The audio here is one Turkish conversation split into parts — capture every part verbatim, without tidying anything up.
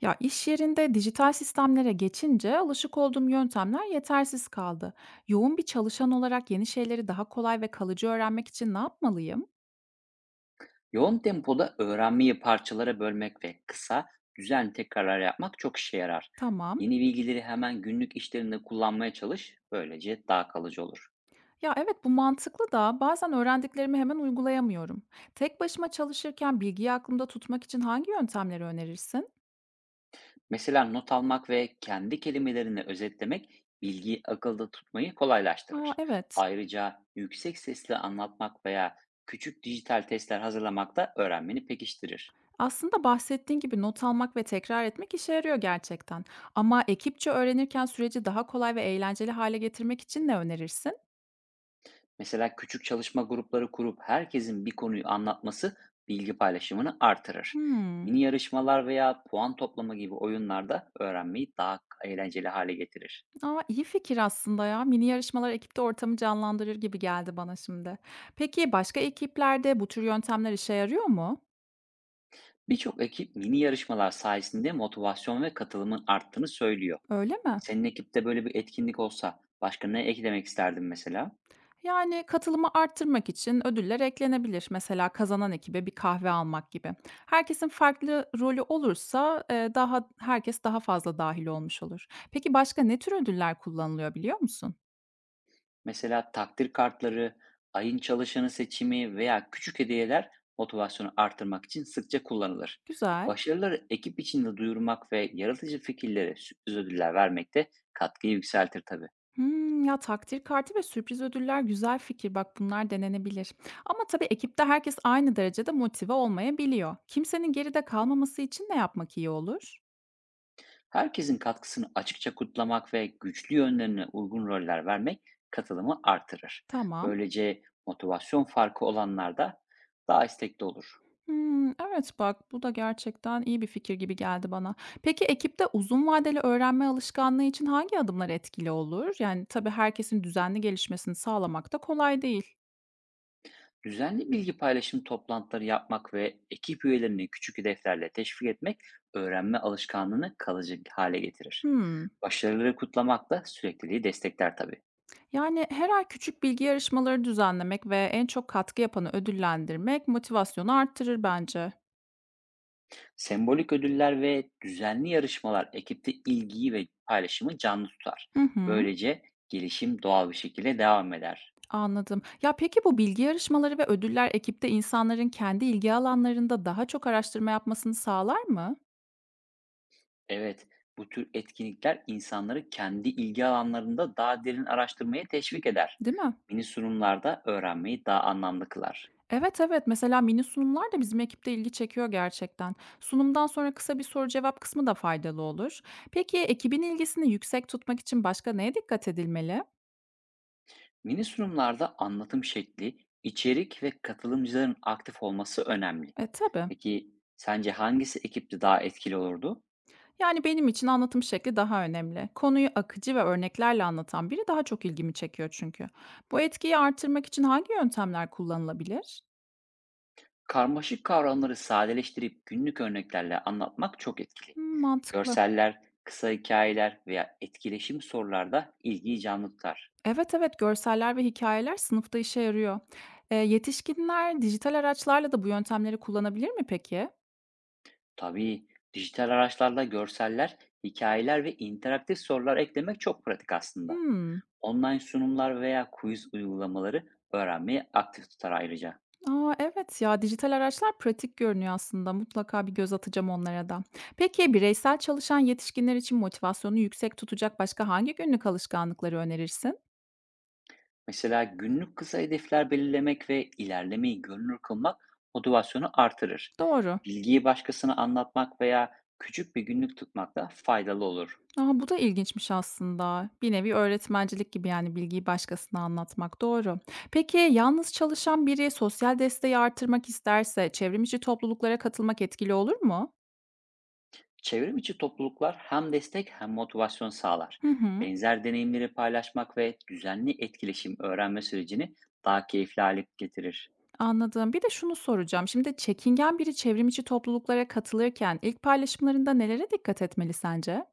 Ya iş yerinde dijital sistemlere geçince alışık olduğum yöntemler yetersiz kaldı. Yoğun bir çalışan olarak yeni şeyleri daha kolay ve kalıcı öğrenmek için ne yapmalıyım? Yoğun tempoda öğrenmeyi parçalara bölmek ve kısa, düzenli tekrarlar yapmak çok işe yarar. Tamam. Yeni bilgileri hemen günlük işlerinde kullanmaya çalış, böylece daha kalıcı olur. Ya evet bu mantıklı da bazen öğrendiklerimi hemen uygulayamıyorum. Tek başıma çalışırken bilgiyi aklımda tutmak için hangi yöntemleri önerirsin? Mesela not almak ve kendi kelimelerini özetlemek bilgiyi akılda tutmayı Aa kolaylaştırır. evet. Ayrıca yüksek sesle anlatmak veya küçük dijital testler hazırlamak da öğrenmeni pekiştirir. Aslında bahsettiğin gibi not almak ve tekrar etmek işe yarıyor gerçekten. Ama ekipçe öğrenirken süreci daha kolay ve eğlenceli hale getirmek için ne önerirsin? Mesela küçük çalışma grupları kurup herkesin bir konuyu anlatması bilgi paylaşımını artırır. Hmm. Mini yarışmalar veya puan toplama gibi oyunlarda öğrenmeyi daha eğlenceli hale getirir. Aa iyi fikir aslında ya. Mini yarışmalar ekipte ortamı canlandırır gibi geldi bana şimdi. Peki başka ekiplerde bu tür yöntemler işe yarıyor mu? Birçok ekip mini yarışmalar sayesinde motivasyon ve katılımın arttığını söylüyor. Öyle mi? Senin ekipte böyle bir etkinlik olsa başka ne eklemek isterdin mesela? Yani katılımı arttırmak için ödüller eklenebilir. Mesela kazanan ekibe bir kahve almak gibi. Herkesin farklı rolü olursa e, daha herkes daha fazla dahil olmuş olur. Peki başka ne tür ödüller kullanılıyor biliyor musun? Mesela takdir kartları, ayın çalışanı seçimi veya küçük hediyeler motivasyonu artırmak için sıkça kullanılır. Güzel. Başarıları ekip içinde duyurmak ve yaratıcı fikirlere sürpriz ödüller vermek de katkıyı yükseltir tabii. Hımm. Ya, takdir kartı ve sürpriz ödüller güzel fikir. Bak, bunlar denenebilir. Ama tabii ekipte herkes aynı derecede motive olmayabiliyor. Kimsenin geride kalmaması için ne yapmak iyi olur? Herkesin katkısını açıkça kutlamak ve güçlü yönlerine uygun roller vermek katılımı artırır. Tamam. Böylece motivasyon farkı olanlar da daha istekli olur. Hımm, evet, bak, bu da gerçekten iyi bir fikir gibi geldi bana. Peki ekipte uzun vadeli öğrenme alışkanlığı için hangi adımlar etkili olur? Yani, tabii herkesin düzenli gelişmesini sağlamak da kolay değil. Düzenli bilgi paylaşım toplantıları yapmak ve ekip üyelerini küçük hedeflerle teşvik etmek öğrenme alışkanlığını kalıcı hale getirir. Hımm. Başarıları kutlamak da sürekliliği destekler tabii. Yani, her ay küçük bilgi yarışmaları düzenlemek ve en çok katkı yapanı ödüllendirmek motivasyonu arttırır bence. Sembolik ödüller ve düzenli yarışmalar ekipte ilgiyi ve paylaşımı canlı tutar. Hı hı, Böylece gelişim doğal bir şekilde devam eder. anladım. Ya, peki bu bilgi yarışmaları ve ödüller ekipte insanların kendi ilgi alanlarında daha çok araştırma yapmasını sağlar mı? Evet, bu tür etkinlikler insanları kendi ilgi alanlarında daha derin araştırmaya teşvik eder. Değil mi? Mini sunumlarda öğrenmeyi daha anlamlı kılar. Evet, evet. Mesela mini sunumlar da bizim ekipte ilgi çekiyor gerçekten. Sunumdan sonra kısa bir soru cevap kısmı da faydalı olur. Peki ekibin ilgisini yüksek tutmak için başka neye dikkat edilmeli? Mini sunumlarda anlatım şekli, içerik ve katılımcıların aktif olması önemli. E, tabii. Peki sence hangisi ekipte daha etkili olurdu? Yani, benim için anlatım şekli daha önemli. Konuyu akıcı ve örneklerle anlatan biri daha çok ilgimi çekiyor çünkü. Bu etkiyi artırmak için hangi yöntemler kullanılabilir? Karmaşık kavramları sadeleştirip günlük örneklerle anlatmak çok etkili. Hımm, mantıklı. Görseller, kısa hikayeler veya etkileşim sorularda ilgiyi canlı tutar. Evet, evet, görseller ve hikayeler sınıfta işe yarıyor. Eee, yetişkinler dijital araçlarla da bu yöntemleri kullanabilir mi peki? Tabii dijital araçlarla görseller, hikayeler ve interaktif sorular eklemek çok pratik aslında. Hmm. Online sunumlar veya quiz uygulamaları öğrenmeyi aktif tutar ayrıca. Aa evet ya, dijital araçlar pratik görünüyor aslında. Mutlaka bir göz atacağım onlara da. Peki, bireysel çalışan yetişkinler için motivasyonu yüksek tutacak başka hangi günlük alışkanlıkları önerirsin? Mesela günlük kısa hedefler belirlemek ve ilerlemeyi görünür kılmak motivasyonu artırır. Doğru. Bilgiyi başkasına anlatmak veya küçük bir günlük tutmak da faydalı olur. A, bu da ilginçmiş aslında. Bir nevi öğretmencilik gibi, yani, bilgiyi başkasına anlatmak, doğru. Peki, yalnız çalışan biri sosyal desteği artırmak isterse çevrimiçi topluluklara katılmak etkili olur mu? Çevrim içi topluluklar hem destek hem motivasyon sağlar. Hı hı, Benzer deneyimleri paylaşmak ve düzenli etkileşim öğrenme sürecini daha keyifli hale getirir. anladım. Bir de şunu soracağım. Şimdi çekingen biri çevrimiçi topluluklara katılırken ilk paylaşımlarında nelere dikkat etmeli sence?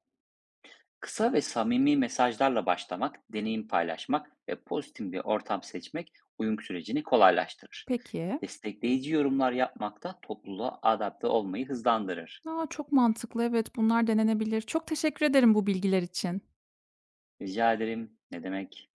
Kısa ve samimi mesajlarla başlamak, deneyim paylaşmak ve pozitif bir ortam seçmek uyum sürecini kolaylaştırır. Peki. Destekleyici yorumlar yapmak da topluluğa adapte olmayı hızlandırır. A, çok mantıklı. Evet, bunlar denenebilir. Çok teşekkür ederim bu bilgiler için. Rica ederim. Ne demek?